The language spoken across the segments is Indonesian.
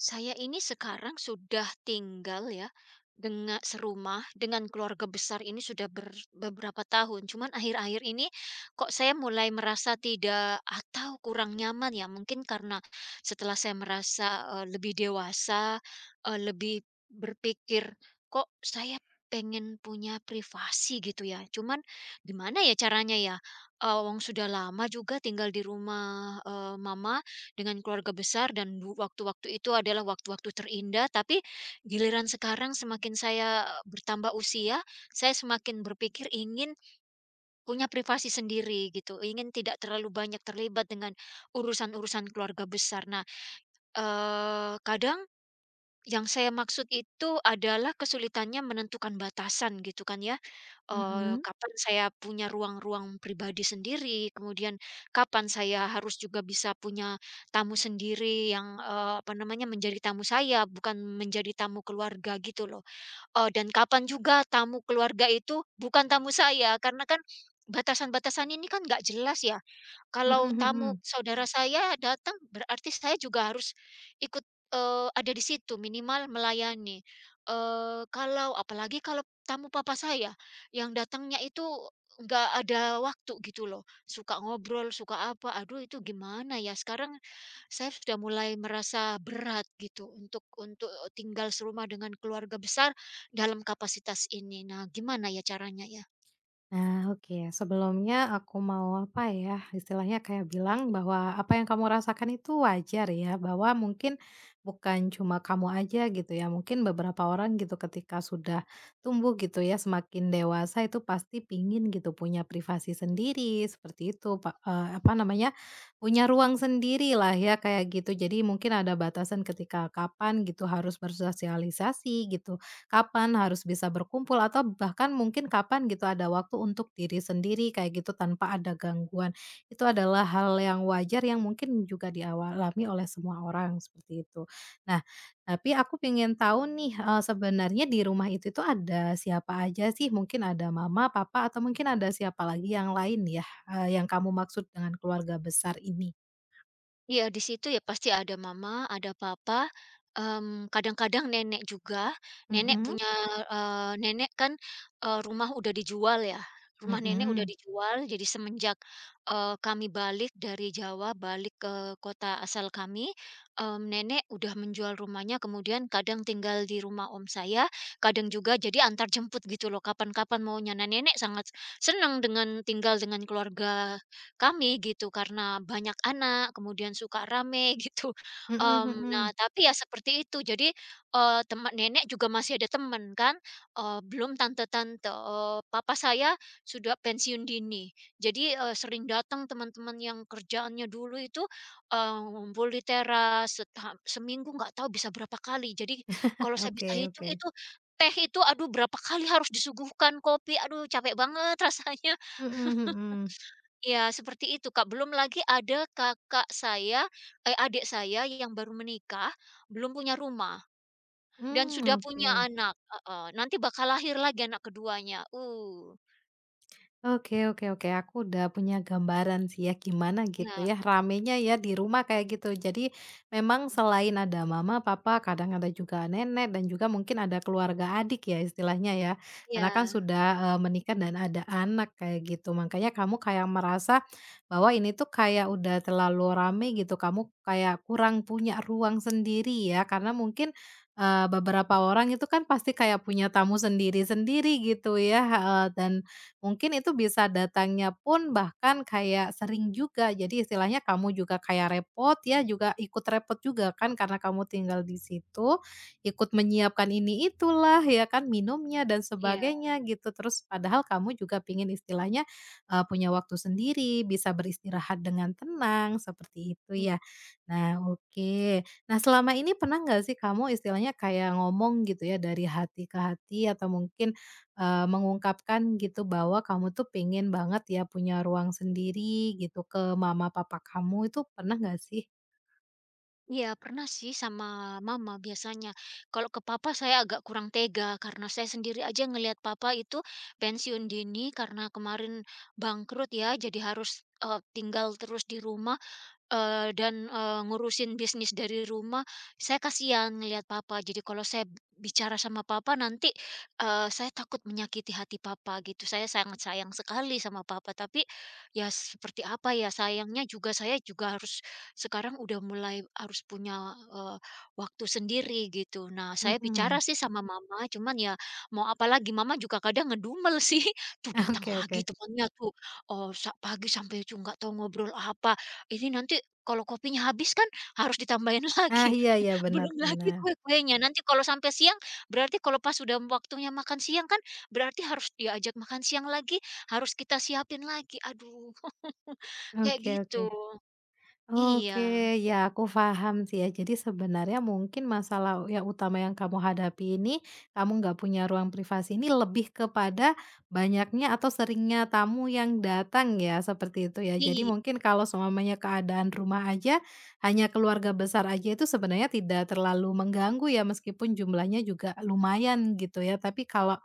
Saya ini sekarang sudah tinggal ya, dengan serumah dengan keluarga besar ini sudah beberapa tahun. Cuman akhir-akhir ini kok saya mulai merasa tidak atau kurang nyaman ya, mungkin karena setelah saya merasa, lebih dewasa, lebih berpikir, "Kok saya pengen punya privasi," gitu ya. Cuman gimana ya caranya ya, wong sudah lama juga tinggal di rumah, mama, dengan keluarga besar dan waktu-waktu itu adalah waktu-waktu terindah, tapi giliran sekarang semakin saya bertambah usia, saya semakin berpikir ingin punya privasi sendiri gitu, ingin tidak terlalu banyak terlibat dengan urusan-urusan keluarga besar. Nah, kadang yang saya maksud itu adalah kesulitannya menentukan batasan gitu kan ya, Mhm, kapan saya punya ruang-ruang pribadi sendiri, kemudian kapan saya harus juga bisa punya tamu sendiri yang, apa namanya, menjadi tamu saya, bukan menjadi tamu keluarga gitu loh. Dan kapan juga tamu keluarga itu bukan tamu saya, karena kan batasan-batasan ini kan nggak jelas ya. Kalau mhm tamu mhm. saudara saya datang, berarti saya juga harus ikut, ada di situ, minimal melayani. Kalau apalagi kalau tamu papa saya, yang datangnya itu nggak ada waktu gitu loh, suka ngobrol, suka apa, aduh itu gimana ya, sekarang saya sudah mulai merasa berat gitu untuk tinggal serumah dengan keluarga besar dalam kapasitas ini. Nah, gimana ya caranya ya? Nah, oke. Sebelumnya aku mau, apa ya, istilahnya kayak bilang bahwa apa yang kamu rasakan itu wajar ya, bahwa mungkin bukan cuma kamu aja gitu ya, mungkin beberapa orang gitu ketika sudah tumbuh gitu ya, semakin dewasa itu pasti pingin gitu punya privasi sendiri, seperti itu, apa namanya, punya ruang sendirilah ya kayak gitu. Jadi mungkin ada batasan ketika kapan gitu harus bersosialisasi gitu. Kapan harus bisa berkumpul atau bahkan mungkin kapan gitu ada waktu untuk diri sendiri kayak gitu tanpa ada gangguan. Itu adalah hal yang wajar yang mungkin juga dialami oleh semua orang seperti itu. Nah, tapi aku pengen tahu nih, sebenarnya di rumah itu ada siapa aja sih? Mungkin ada mama, papa, atau mungkin ada siapa lagi yang lain ya, yang kamu maksud dengan keluarga besar ini? Iya, di situ ya pasti ada mama, ada papa, mmm, kadang-kadang nenek juga. Nenek Mhm, punya nenek kan, rumah udah dijual ya, rumah nenek udah mhm, dijual, jadi semenjak, kami balik dari Jawa, balik ke kota asal kami, mmm, nenek udah menjual rumahnya, kemudian kadang tinggal di rumah om saya, kadang juga jadi antar jemput gitu loh, kapan-kapan maunya. Nah, nenek sangat senang dengan tinggal dengan keluarga kami gitu, karena banyak anak, kemudian suka rame gitu, mhm mmm, nah mhm. tapi ya seperti itu. Jadi, teman nenek juga masih ada teman kan, belum tante-tante, papa saya sudah pensiun dini. Jadi, sering datang teman-teman yang kerjaannya dulu itu, ngumpul di teras, seminggu nggak tahu bisa berapa kali. Jadi kalau saya bisa Oke hitung oke. itu, teh itu aduh berapa kali harus disuguhkan, kopi, aduh capek banget rasanya. Mhm mhm. Iya, seperti itu, Kak. Belum lagi ada kakak saya, eh, adik saya yang baru menikah, belum punya rumah dan Hmm, sudah oke. punya anak, heeh, nanti bakal lahir lagi anak keduanya. Oke oke oke, aku udah punya gambaran sih ya, gimana gitu iya, ya, ramenya ya di rumah kayak gitu. Jadi, memang selain ada mama, papa, kadang ada juga nenek, dan juga mungkin ada keluarga adik ya, istilahnya ya. iya, Karena kan sudah, menikah dan ada anak, kayak gitu. Makanya kamu kayak merasa bahwa ini tuh kayak udah terlalu rame gitu, kamu kayak kurang punya ruang sendiri ya, karena mungkin, beberapa orang itu kan pasti kayak punya tamu sendiri-sendiri gitu ya heeh, dan mungkin itu bisa datangnya pun bahkan kayak sering juga. Jadi istilahnya kamu juga kayak repot, ya juga ikut repot juga kan karena kamu tinggal di situ, ikut menyiapkan ini itulah ya kan, minumnya dan iya, sebagainya gitu. Terus padahal kamu juga pingin istilahnya, punya waktu sendiri, bisa beristirahat dengan tenang, seperti itu i ya. Nah oke. Nah selama ini pernah nggak sih kamu istilahnya kayak ngomong gitu ya dari hati ke hati atau mungkin mengungkapkan gitu bahwa kamu tuh pengen banget ya punya ruang sendiri gitu ke mama papa kamu itu pernah nggak sih? iya, pernah sih sama mama biasanya. Kalau ke papa saya agak kurang tega karena saya sendiri aja ngelihat papa itu pensiun dini karena kemarin bangkrut ya, jadi harus, tinggal terus di rumah. Dan, ngurusin bisnis dari rumah, saya kasihan ngelihat papa. Jadi kalau saya bicara sama papa nanti, saya takut menyakiti hati papa gitu. Saya sangat sayang sekali sama papa, tapi ya seperti apa ya, sayangnya juga saya juga harus sekarang udah mulai harus punya, waktu sendiri gitu. Nah, saya bicara Mhm. sih sama mama, cuman ya mau apa lagi, mama juga kadang ngedumel sih, "Tuh datang Oke lagi oke. temannya tuh, oh sa pagi sampai tuh nggak tahu ngobrol apa, ini nanti kalau kopinya habis kan harus ditambahin Ah, lagi, iya iya, benar belum lagi benar. kue-kuenya. Nanti kalau sampai siang, berarti kalau pas sudah waktunya makan siang kan, berarti harus diajak makan siang lagi, harus kita siapin lagi. Aduh, kayak Oke gitu. oke. Iya, Oke, ya aku paham sih ya. Jadi sebenarnya mungkin masalah yang utama yang kamu hadapi ini, kamu nggak punya ruang privasi ini lebih kepada banyaknya atau seringnya tamu yang datang ya, seperti itu ya. Jadi iya, mungkin kalau semuanya keadaan rumah aja, hanya keluarga besar aja itu sebenarnya tidak terlalu mengganggu ya, meskipun jumlahnya juga lumayan gitu ya. Tapi kalau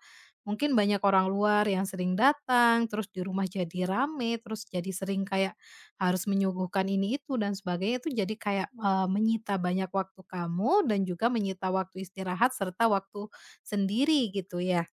mungkin banyak orang luar yang sering datang, terus di rumah jadi rame, terus jadi sering kayak harus menyuguhkan ini itu dan sebagainya itu jadi kayak, menyita banyak waktu kamu dan juga menyita waktu istirahat serta waktu sendiri gitu ya?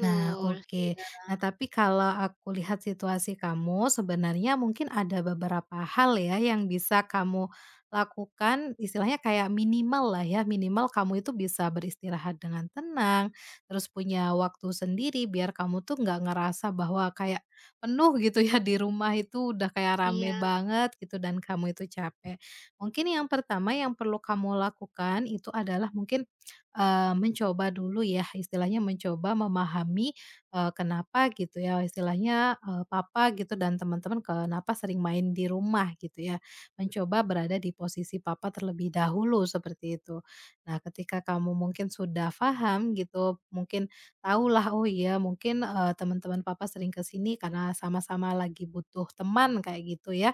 Nah, oke. Iya, Nah, tapi kalau aku lihat situasi kamu, sebenarnya mungkin ada beberapa hal ya yang bisa kamu lakukan, istilahnya kayak minimal lah ya, minimal kamu itu bisa beristirahat dengan tenang, terus punya waktu sendiri biar kamu tuh nggak ngerasa bahwa kayak penuh gitu ya di rumah itu udah kayak rame iya. banget gitu dan kamu itu capek. Mungkin yang pertama yang perlu kamu lakukan itu adalah mungkin mencoba dulu ya, istilahnya mencoba memahami, kenapa gitu ya, istilahnya, papa gitu dan teman-teman kenapa sering main di rumah gitu ya. Mencoba berada di posisi papa terlebih dahulu seperti itu. Nah, ketika kamu mungkin sudah paham gitu, mungkin tahulah, oh iya mungkin, teman-teman papa sering ke sini karena sama-sama lagi butuh teman kayak gitu ya.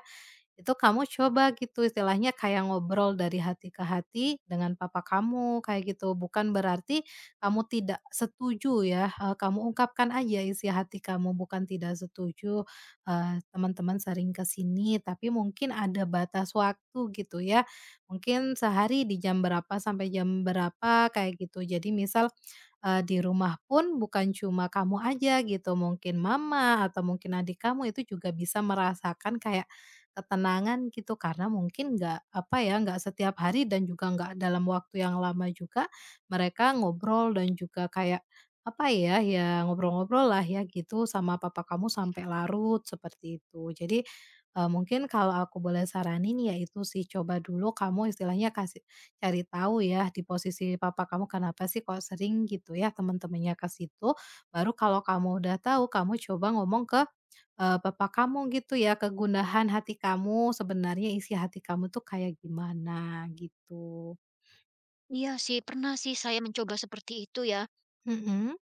Itu kamu coba gitu istilahnya kayak ngobrol dari hati ke hati dengan papa kamu kayak gitu. Bukan berarti kamu tidak setuju ya, kamu ungkapkan aja isi hati kamu bukan tidak setuju, teman-teman sering ke sini tapi mungkin ada batas waktu gitu ya. Mungkin sehari di jam berapa sampai jam berapa kayak gitu. Jadi misal, di rumah pun bukan cuma kamu aja gitu, mungkin mama atau mungkin adik kamu itu juga bisa merasakan kayak ketenangan gitu karena mungkin nggak apa ya, nggak setiap hari dan juga nggak dalam waktu yang lama juga mereka ngobrol dan juga kayak apa ya, ya ngobrol-ngobrol lah ya gitu sama papa kamu sampai larut seperti itu. Jadi, mungkin kalau aku boleh saranin ya itu sih coba dulu kamu istilahnya kasih cari tahu ya di posisi papa kamu kenapa sih kok sering gitu ya teman-temannya ke situ, baru kalau kamu udah tahu kamu coba ngomong ke bapak kamu gitu ya, kegundahan hati kamu, sebenarnya isi hati kamu tuh kayak gimana gitu. Iya sih, pernah sih saya mencoba seperti itu ya. Mhm.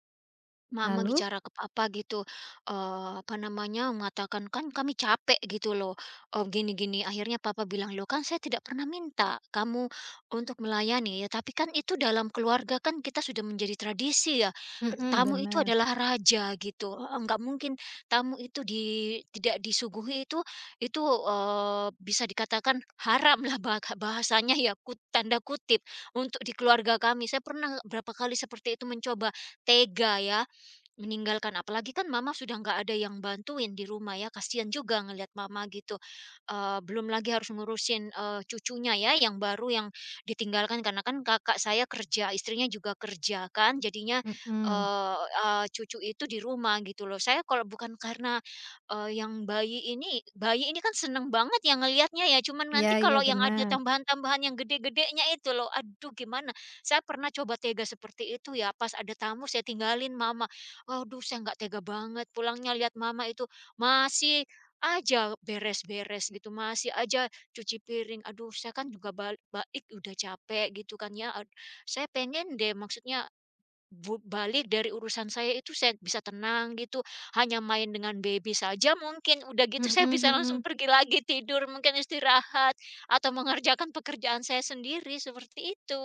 Mama Lalu? bicara ke papa gitu, apa namanya, mengatakan, "Kan kami capek," gitu loh, gini-gini. Akhirnya papa bilang, "Loh kan saya tidak pernah minta kamu untuk melayani ya, tapi kan itu dalam keluarga kan kita sudah menjadi tradisi ya, Mhm, tamu itu bener. adalah raja," gitu. Heeh, nggak mungkin tamu itu tidak disuguhi itu, bisa dikatakan haramlah bahasanya ya, tanda kutip, untuk di keluarga kami. Saya pernah berapa kali seperti itu mencoba, tega ya. Meninggalkan, apalagi kan mama sudah nggak ada yang bantuin di rumah ya, kasihan juga ngelihat mama gitu. Belum lagi harus ngurusin, cucunya ya yang baru yang ditinggalkan karena kan kakak saya kerja, istrinya juga kerja kan, jadinya, Mhm. eee eee, cucu itu di rumah gitu loh. Saya kalau bukan karena, yang bayi ini kan seneng banget yang ngelihatnya ya, cuman Iya nanti iya, kalau yang ada bener. tambahan-tambahan yang gede-gedenya itu loh, aduh gimana. Saya pernah coba tega seperti itu ya, pas ada tamu saya tinggalin mama. Waduh, saya nggak tega banget, pulangnya lihat mama itu masih aja beres-beres gitu, masih aja cuci piring. Aduh, saya kan juga balik udah capek gitu kan ya, saya pengen deh maksudnya balik dari urusan saya itu saya bisa tenang gitu, hanya main dengan baby saja mungkin, udah gitu Mhm saya bisa langsung mhm. pergi lagi tidur, mungkin istirahat, atau mengerjakan pekerjaan saya sendiri, seperti itu.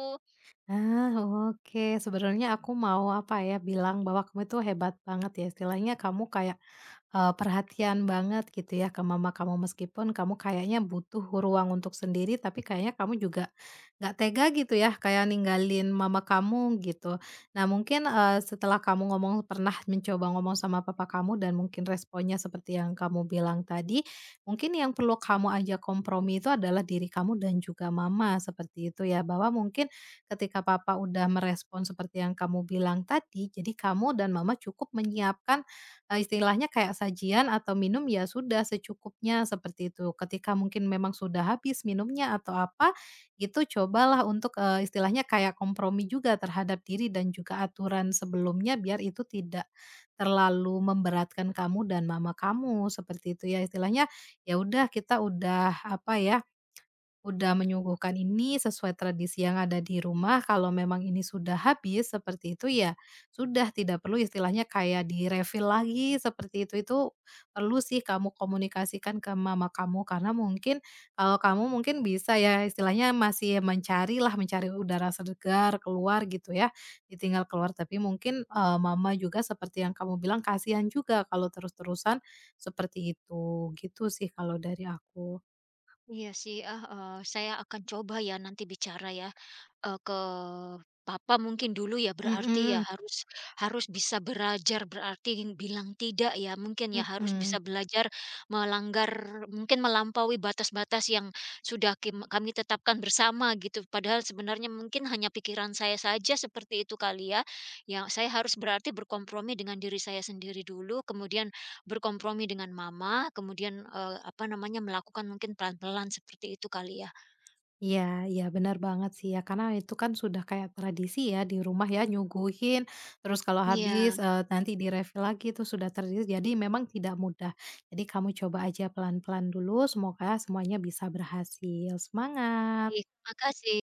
Ah, oke. Sebenarnya aku mau, apa ya, bilang bahwa kamu itu hebat banget ya, istilahnya kamu kayak, perhatian banget gitu ya ke mama kamu, meskipun kamu kayaknya butuh ruang untuk sendiri, tapi kayaknya kamu juga nggak tega gitu ya, kayak ninggalin mama kamu gitu. Nah mungkin, setelah kamu ngomong pernah mencoba ngomong sama papa kamu dan mungkin responnya seperti yang kamu bilang tadi, mungkin yang perlu kamu ajak kompromi itu adalah diri kamu dan juga mama, seperti itu ya. Bahwa mungkin ketika papa udah merespon seperti yang kamu bilang tadi, jadi kamu dan mama cukup menyiapkan, istilahnya kayak sajian atau minum ya sudah secukupnya seperti itu. Ketika mungkin memang sudah habis minumnya atau apa, itu cobalah untuk, istilahnya kayak kompromi juga terhadap diri dan juga aturan sebelumnya biar itu tidak terlalu memberatkan kamu dan mama kamu, seperti itu ya. Istilahnya, ya udah kita udah apa ya udah menyuguhkan ini sesuai tradisi yang ada di rumah, kalau memang ini sudah habis seperti itu, ya sudah tidak perlu istilahnya kayak di-refill lagi seperti itu. Itu perlu sih kamu komunikasikan ke mama kamu, karena mungkin kalau kamu mungkin bisa ya istilahnya masih mencarilah, mencari udara segar keluar gitu ya, ditinggal keluar. Tapi mungkin, mama juga seperti yang kamu bilang kasihan juga kalau terus-terusan seperti itu, gitu sih kalau dari aku. Iya sih, ah, saya akan coba ya nanti bicara ya, ke papa mungkin dulu ya berarti ya Mhm, harus harus bisa belajar berarti bilang tidak ya mungkin ya harus bisa mhm. belajar melanggar mungkin melampaui batas-batas yang sudah kami tetapkan bersama gitu padahal sebenarnya mungkin hanya pikiran saya saja seperti itu kali ya. Yang saya harus berarti berkompromi dengan diri saya sendiri dulu kemudian berkompromi dengan mama, kemudian, apa namanya, melakukan mungkin pelan-pelan seperti itu kali ya? Iya iya, benar banget sih ya, karena itu kan sudah kayak tradisi ya di rumah ya nyuguhin, terus kalau Iya, habis, nanti direview lagi itu sudah tradisi jadi memang tidak mudah. Jadi kamu coba aja pelan-pelan dulu semoga semuanya bisa berhasil, semangat. baik, makasih.